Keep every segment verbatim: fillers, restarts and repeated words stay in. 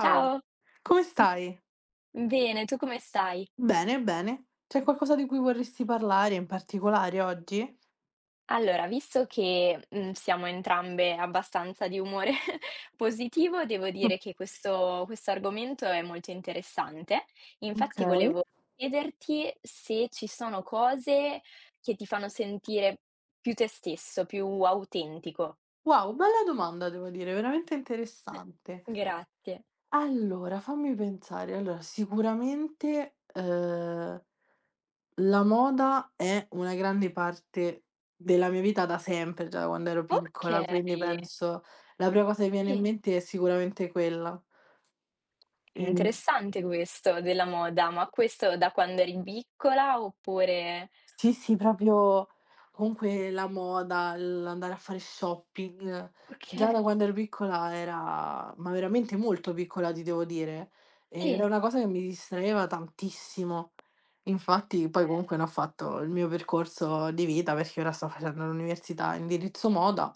Ciao, Ciao, come stai? bene, tu come stai? Bene, bene. C'è qualcosa di cui vorresti parlare in particolare oggi? Allora, visto che mm, siamo entrambe abbastanza di umore positivo, devo Mm. dire che questo, questo argomento è molto interessante. Infatti, Okay. volevo chiederti se ci sono cose che ti fanno sentire più te stesso, più autentico. Wow, bella domanda devo dire, veramente interessante. Grazie. Allora, fammi pensare. Allora, sicuramente, ehm, la moda è una grande parte della mia vita da sempre, già da quando ero Ok, piccola, quindi penso la prima cosa che mi viene in sì, mente è sicuramente quella. è Ehm interessante questo della moda, ma questo da quando eri piccola oppure. Sì, sì, proprio comunque la moda, l'andare a fare shopping, Ok, già da quando ero piccola era ma veramente molto piccola ti devo dire, era sì. una cosa che mi distraeva tantissimo. Infatti poi comunque ne ho fatto il mio percorso di vita, perché ora sto facendo l'università indirizzo moda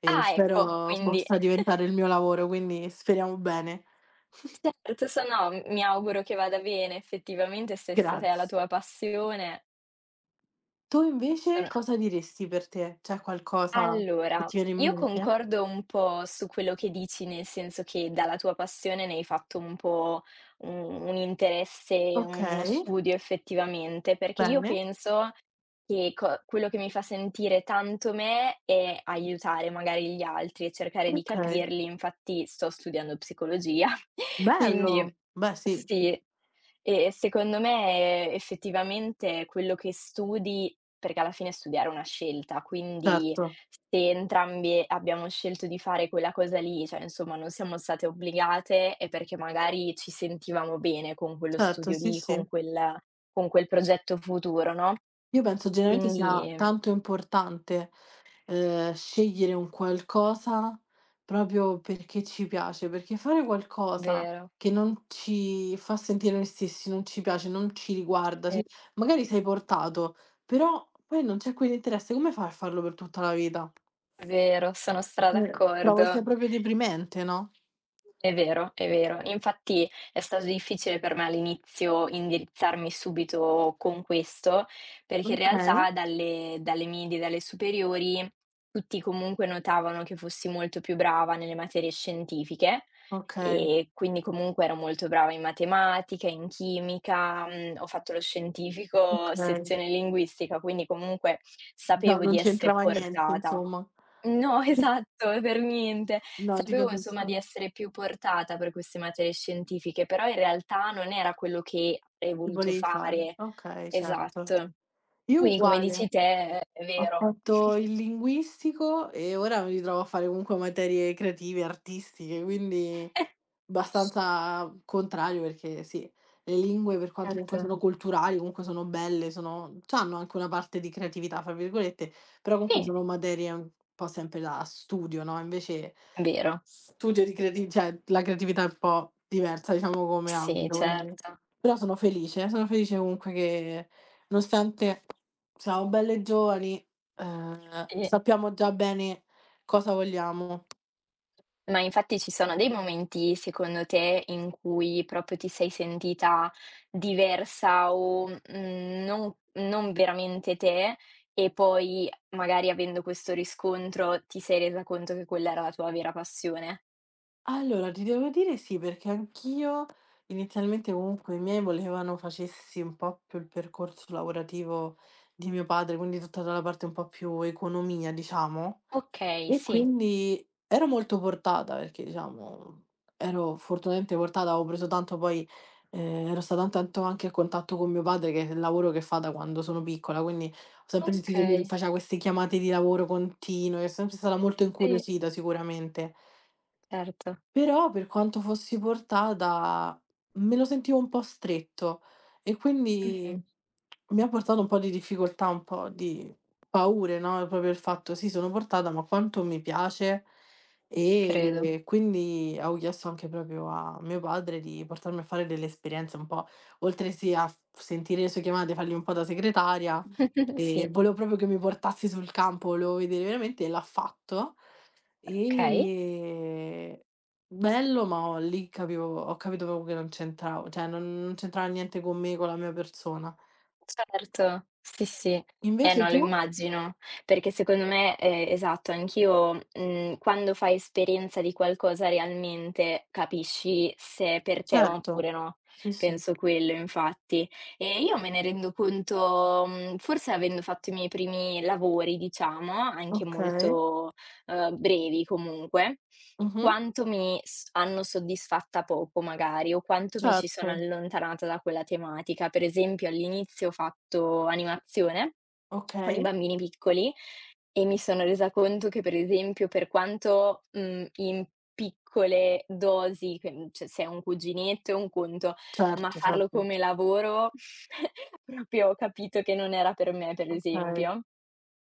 e Ah, ecco, spero quindi possa diventare il mio lavoro, quindi speriamo bene. certo, se no mi auguro che vada bene effettivamente se se è la Graz tua passione, Tu invece sono. cosa diresti per te? C'è qualcosa che Allora, ti viene in io mente? concordo un po' su quello che dici, nel senso che dalla tua passione ne hai fatto un po' un un interesse, uno Okay, studio effettivamente, perché io bene, penso che co quello che mi fa sentire tanto me è aiutare magari gli altri e cercare di okay. capirli, infatti sto studiando psicologia. Quindi Bello! Beh sì, sì. E secondo me effettivamente quello che studi, perché alla fine studiare è una scelta, quindi certo, se entrambe abbiamo scelto di fare quella cosa lì, cioè insomma non siamo state obbligate, è perché magari ci sentivamo bene con quello certo, studio sì, lì, con sì. quel con quel progetto futuro, no, Io penso generalmente sia quindi tanto importante, ehm, scegliere un qualcosa proprio perché ci piace, perché fare qualcosa vero, che non ci fa sentire noi stessi, non ci piace, non ci riguarda, sì, ci magari sei portato, però poi non c'è quell'interesse, come fai a farlo per tutta la vita? è vero, sono stra Eh, trovo sia d'accordo. proprio deprimente, no? È vero, è vero. Infatti è stato difficile per me all'inizio indirizzarmi subito con questo, perché in Okay. realtà dalle dalle medie, dalle superiori, tutti comunque notavano che fossi molto più brava nelle materie scientifiche Okay, e quindi comunque ero molto brava in matematica, in chimica, mhmm, ho fatto lo scientifico, okay. sezione linguistica, quindi comunque No, sapevo non di essere c'entrava niente portata. insomma. No, esatto, per niente. No, ti Sapevo insomma di capisco. essere più portata per queste materie scientifiche, però in realtà non era quello che avrei Che voluto volevi fare. fare. Okay, certo. Esatto. Io Quindi come dici uguale. te, è Ho vero. fatto il linguistico e ora mi ritrovo a fare comunque materie creative, artistiche, quindi abbastanza contrario perché sì, le lingue per quanto Certo. comunque sono culturali, comunque sono belle, sono c'hanno anche una parte di "creatività" fra virgolette, però comunque Sì, sono materie un po' sempre da studio, no, invece vero. Studio di creati cioè la creatività è un po' diversa diciamo come Sì, ambito, quindi certo. però sono felice, sono felice comunque che nonostante siamo belle giovani, ehm, Sì. sappiamo già bene cosa vogliamo. Ma infatti ci sono dei momenti, secondo te, in cui proprio ti sei sentita diversa o, mhmm, non non veramente te, e poi magari avendo questo riscontro ti sei resa conto che quella era la tua vera passione? Allora ti devo dire sì, perché anch'io inizialmente comunque i miei volevano facessi un po' più il percorso lavorativo di mio padre, quindi tutta la parte un po' più economia diciamo. Okay, E sì. quindi ero molto portata perché diciamo ero fortunatamente portata, avevo preso tanto poi ehm, ero stata tanto tanto anche a contatto con mio padre che è il lavoro che fa da quando sono piccola, quindi ho sempre sentito che lui Okay, faceva queste chiamate di lavoro continue, e sono sempre stata molto sì, incuriosita sicuramente. certo. Però per quanto fossi portata, me lo sentivo un po' stretto e quindi Mh-mh, mi ha portato un po' di difficoltà, un po' di paure, no, proprio il fatto: "Sì, sono portata, ma quanto mi piace?" ci credo. E quindi avevo chiesto anche proprio a mio padre di portarmi a fare delle esperienze un po' oltre sì a f sentire le sue chiamate, fargli un po' da segretaria. Ehm, Sì, volevo proprio che mi portassi sul campo, volevo vedere veramente e l'ha fatto. okay. Ehm, bello, ma ho lì capivo ho capito proprio che non c'entravo, cioè non non c'entrava niente con me, con la mia persona. Certo, sì, sì. Eh Invece no, lo tu? immagino, perché secondo me ehm, esatto, anch'io, mhmm, quando fai esperienza di qualcosa realmente capisci se è per te Certo. oppure no. Sì, sì. Penso quello infatti. E io me ne rendo conto, mhmm, forse avendo fatto i miei primi lavori, diciamo, anche Okay. molto, uhm, brevi, comunque Mh-mh. quanto mi s hanno soddisfatta poco magari, o quanto mi ci sono Certo. allontanata da quella tematica. Per esempio all'inizio ho fatto animazione con i Okay. bambini piccoli e mi sono resa conto che, per esempio, per quanto, mhmm, in piccole dosi, che, mhmm, cioè se è un cuginetto è un conto, ma Certo, farlo certo. come lavoro proprio ho capito che non era per me, per Okay, esempio.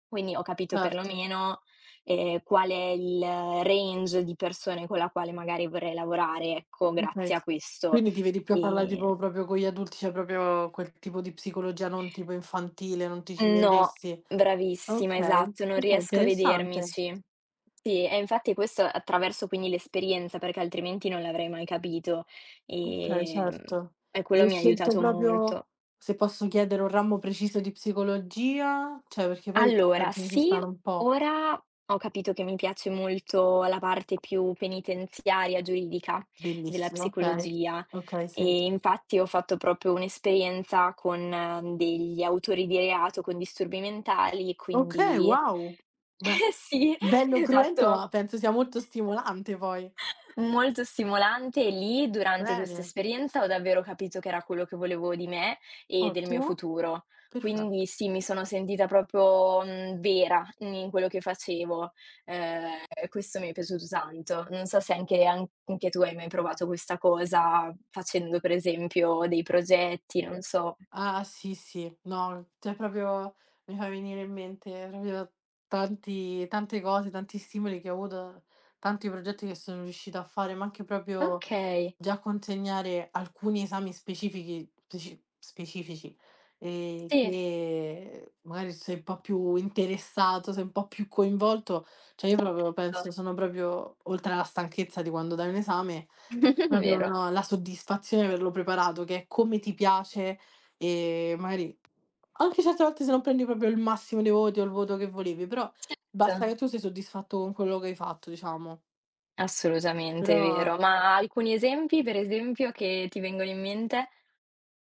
Quindi ho capito certo. perlomeno, ehm, qual è il range di persone con la quale magari vorrei lavorare, ecco, Okay. grazie a questo. Quindi ti vedi più a parlare Ehm tipo proprio con gli adulti, cioè proprio quel tipo di psicologia non tipo infantile, non ti ci no, vedresti? bravissima, Okay, esatto, non okay, riesco a interessante. vedermici. Sì, sì, e infatti questo attraverso quindi l'esperienza, perché altrimenti non l'avrei mai capito. Okay, Ehm, certo. e quello E mi ha scelte aiutato proprio molto. se posso chiedere, un ramo preciso di psicologia? Cioè, perché poi Allora penso che ci sì, stanno un po'. ora ho capito che mi piace molto la parte più penitenziaria, giuridica della Bellissimo, okay. psicologia, Okay, sì. e infatti ho fatto proprio un'esperienza con eh, degli autori di reato con disturbi mentali, Okay, quindi wow. Beh, eh sì, bello cruento, esatto. ma penso sia molto stimolante poi. Molto stimolante, e lì, durante questa Bene, esperienza, ho davvero capito che era quello che volevo di me e del mio ottimo, futuro. perfe Quindi sì, mi sono sentita proprio, mhmm, vera in quello che facevo, ehm, e questo mi è piaciuto tanto. Non so se anche an anche tu hai mai provato questa cosa facendo, per esempio, dei progetti, non so. Ah sì, sì, no, cioè proprio mi fa venire in mente proprio tanti tante cose, tanti stimoli che ho avuto, tanti progetti che sono riuscita a fare, ma anche proprio Okay, già consegnare alcuni esami specifichi speci specifici, ehm, sì, che magari sei un po' più interessato, sei un po' più coinvolto, cioè io proprio penso sono proprio oltre alla stanchezza di quando dai un esame, to proprio vero. no, la soddisfazione di averlo preparato, che è come ti piace e magari anche certe volte se non prendi proprio il massimo dei voti o il voto che volevi, però basta Certo, che tu sei soddisfatto con quello che hai fatto, diciamo. assolutamente, Però è vero. Ma alcuni esempi, per esempio, che ti vengono in mente?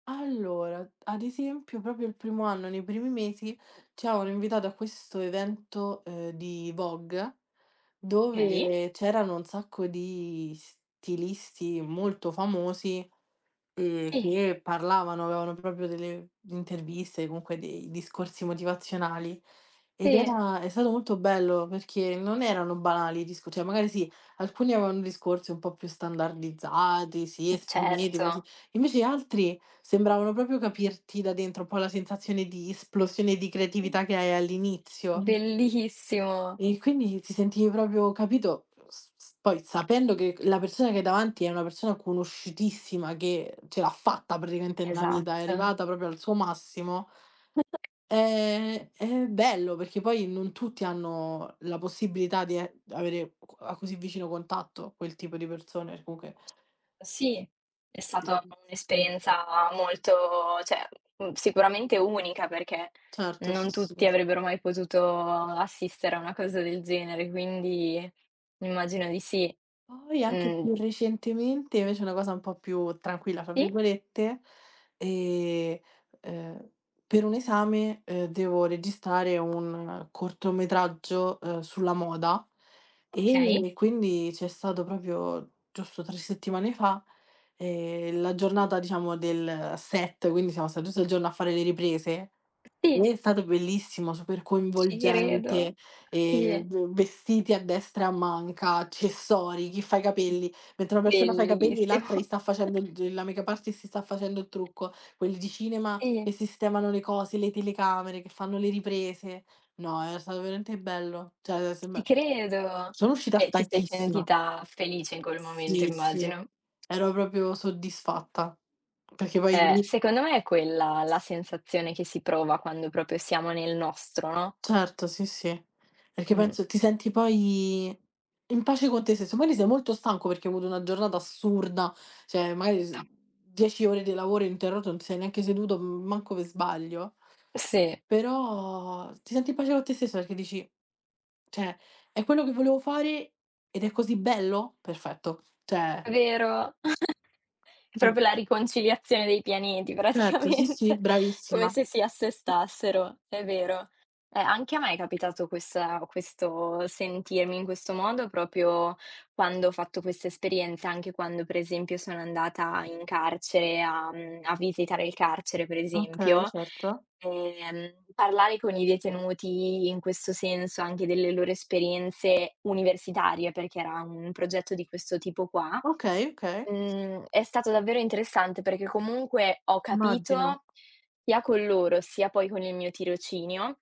allora, ad esempio proprio il primo anno, nei primi mesi, ci avevano invitato a questo evento, ehm, di Vogue, Okay. dove c'erano un sacco di stilisti molto famosi, Ehm, Sì, che parlavano, avevano proprio delle interviste, comunque dei discorsi motivazionali ed sì. era è stato molto bello perché non erano banali i discor cioè magari sì, alcuni avevano discorsi un po' più standardizzati, sì, Mh, esprimetevi così, certo. invece altri sembravano proprio capirti da dentro un po' la sensazione di esplosione di creatività che hai all'inizio. Bellissimo. E quindi ti sentivi proprio capito, s s poi sapendo che la persona che hai davanti è una persona conosciutissima, che ce l'ha fatta praticamente nella vita, è Esatto. arrivata proprio al suo massimo, è è bello perché poi non tutti hanno la possibilità di e avere co a così vicino contatto quel tipo di persone, perché comunque Sì, è sì, stata un'esperienza molto, cioè, mhmm, sicuramente unica, perché certo, non sì, sì, tutti sì. avrebbero mai potuto assistere a una cosa del genere, quindi immagino di sì. Poi anche Mhmm, più recentemente invece una cosa un po' più "tranquilla" fra sì, virgolette, ehm, ehm, per un esame, ehm, devo registrare un cortometraggio, ehm, sulla moda okay. e quindi c'è stato proprio giusto tre settimane fa, ehm, la giornata diciamo del set, quindi siamo stati tutto il giorno a fare le riprese. Sì, È stato bellissimo, super ci credo. coinvolgente. Sì, Ehm, v vestiti a destra e a manca, accessori, chi fa i capelli. Mentre una persona fa i capelli, bellissimo. l'altra gli sta facendo il d la make-up artist si sta facendo il trucco, quelli di cinema Sì. che sistemano le cose, le telecamere, che fanno le riprese. No, è stato veramente bello. Cioè, Ti sembra credo. sono uscita E ti sei stanchissima. sentita felice in quel momento, Sì, sì, immagino. ero proprio soddisfatta. Perché poi Eh, lì secondo me è quella la sensazione che si prova quando proprio siamo nel nostro, no, certo, sì, sì. Perché mh. penso ti senti poi in pace con te stesso. Magari sei molto stanco perché hai avuto una giornata assurda, cioè magari s dieci ore di lavoro ininterrotto, non ti sei neanche seduto, m manco per sbaglio, Sì, però ti senti in pace con te stesso perché dici: "Cioè, è quello che volevo fare ed è così bello? Perfetto." Cioè vero. È sì, proprio la riconciliazione dei pianeti certo, sì, sì, praticamente, come bravissima. se si assestassero, è vero. Eh, anche a me è capitato questa, questo sentirmi in questo modo proprio quando ho fatto questa esperienza, anche quando per esempio sono andata in carcere a mhmm, a visitare il carcere, per Okay, esempio. certo. Ehm, parlare con i detenuti in questo senso, anche delle loro esperienze universitarie, perché era un progetto di questo tipo qua. Okay, okay. Mhmm, è stato davvero interessante, perché comunque ho Immagino. capito, sia con loro, sia poi con il mio tirocinio,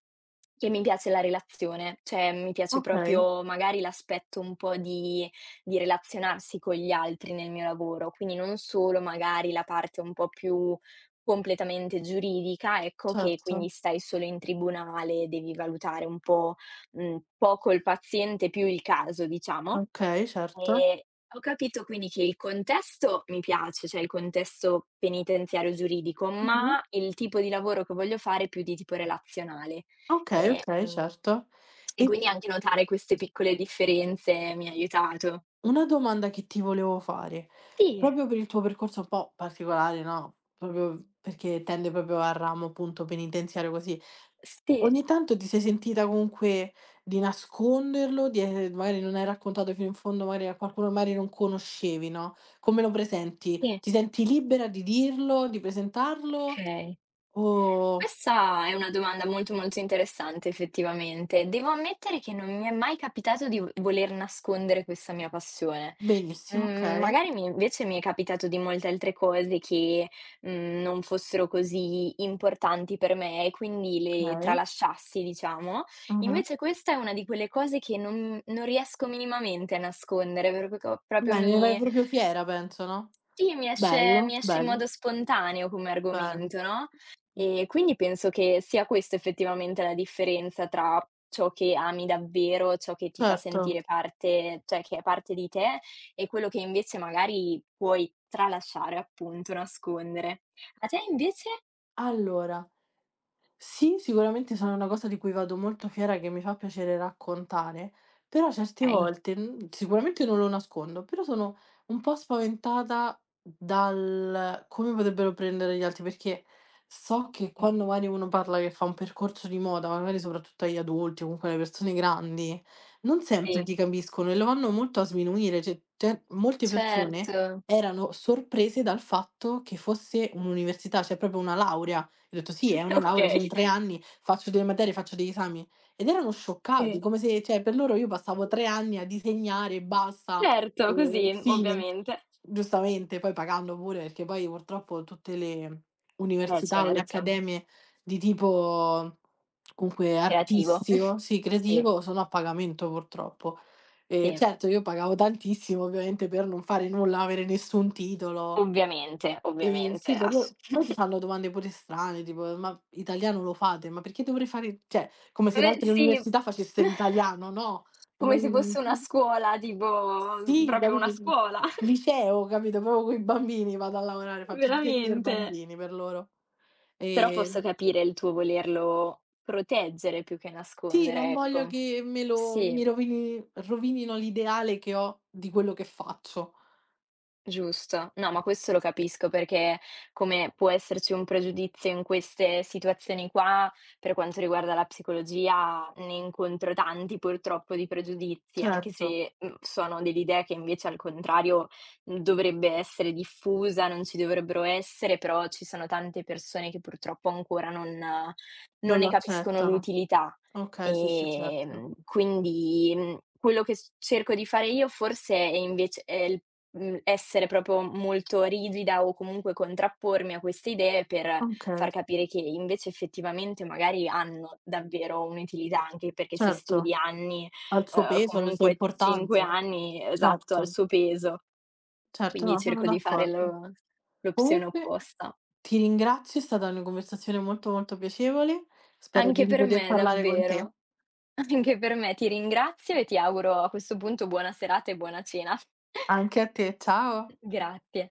che mi piace la relazione, cioè mi piace Okay, proprio magari l'aspetto un po' di di relazionarsi con gli altri nel mio lavoro, quindi non solo magari la parte un po' più completamente giuridica, ecco, che quindi certo. stai solo in tribunale, devi valutare un po', mhmm, poco il paziente, più il caso, diciamo. Okay, certo. Ehm, ho capito quindi che il contesto mi piace, cioè il contesto penitenziario giuridico, Mh-mh. ma il tipo di lavoro che voglio fare è più di tipo relazionale. Okay, okay, Ehm, certo. e E quindi anche notare queste piccole differenze mi ha aiutato. una domanda che ti volevo fare, Sì, proprio per il tuo percorso un po' particolare, no, proprio perché tende proprio al ramo appunto penitenziario così, sì, ogni tanto ti sei sentita comunque di nasconderlo, di ehm, magari non hai raccontato fino in fondo magari a qualcuno magari non conoscevi, no, come lo presenti? sì. Ti senti libera di dirlo, di presentarlo Okay. o Questa è una domanda molto, molto interessante effettivamente. Devo ammettere che non mi è mai capitato di v voler nascondere questa mia passione. benissimo, Mhmm, okay, magari mi invece mi è capitato di molte altre cose che, mhmm, non fossero così importanti per me e quindi le okay. tralasciassi, diciamo. Mh-mh. Invece questa è una di quelle cose che non non riesco minimamente a nascondere, proprio co proprio Beh, ne vai mi proprio fiera penso, no? sì, mi esce Bello, mi esce in bello, modo spontaneo come bello. argomento, no, e quindi penso che sia questo effettivamente la differenza tra ciò che ami davvero, ciò che ti fa Certo. sentire parte, cioè che è parte di te, e quello che invece magari puoi tralasciare, appunto, nascondere. A te invece? Allora sì, sicuramente sono una cosa di cui vado molto fiera, che mi fa piacere raccontare, però certe Okay. volte, mhmm, sicuramente non lo nascondo, però sono un po' spaventata dal come potrebbero prendere gli altri, perché so che quando magari uno parla che fa un percorso di moda, magari soprattutto agli adulti o comunque alle persone grandi, non sempre Sì, ti capiscono e lo vanno molto a sminuire, cioè te molte persone certo. erano sorprese dal fatto che fosse un'università, cioè proprio una laurea. Gli ho detto: "Sì, è una laurea, Okay, sono tre anni, faccio delle materie, faccio degli esami." Ed erano scioccati, sì. come se cioè per loro io passavo tre anni a disegnare e basta, Certo, e così, fine. ovviamente. Giustamente, poi pagando pure, perché poi purtroppo tutte le Eh università o le certo, accademie di tipo comunque creativo. artistico, sì, Sì, creativo, sono a pagamento purtroppo. E sì. certo, io pagavo tantissimo ovviamente per non fare nulla, avere nessun titolo. Ovviamente, Ehm, ovviamente, sì, per ass loro poi ti fanno domande pure strane, tipo: "Ma italiano lo fate? Ma perché dovrei fare" cioè, come se in beh, altre sì, università facesse l'italiano, no, come se non fosse una scuola, tipo sì, proprio una capito, scuola, liceo, capito, proprio coi bambini vado a lavorare, faccio insegnare veramente. bambini per loro. Però Ehm, posso capire il tuo volerlo proteggere più che sì, non nascondere, voglio ecco. che me lo Sì. mi rovini rovinino l'ideale che ho di quello che faccio. Giusto. No, ma questo lo capisco, perché come può esserci un pregiudizio in queste situazioni qua, per quanto riguarda la psicologia ne incontro tanti purtroppo di pregiudizi, anche Certo. se, mhmm, sono dell'idea che invece, al contrario, mhmm, dovrebbe essere diffusa, non ci dovrebbero essere, però ci sono tante persone che purtroppo ancora non eh, non Non ne lo capiscono accettano. l'utilità. Okay, sì, sì, certo. Ehm, quindi, mhmm, quello che s cerco di fare io forse è invece è il Mhmm, essere proprio molto rigida, o comunque contrappormi a queste idee, per far Okay, capire che invece effettivamente magari hanno davvero un'utilità, anche perché se certo. studi anni, Ha il suo uhm, peso, le sue comunque cinque importanze. anni, esatto, al Certo, suo peso. certo, Quindi no, sono cerco di fare d'accordo. lo l'opzione Comunque opposta. ti ringrazio, è stata una conversazione molto, molto piacevole. Spero di Anche per ripoter me parlare con te. davvero, anche per me. Ti ringrazio e ti auguro a questo punto buona serata e buona cena. Anche a te, ciao. Grazie.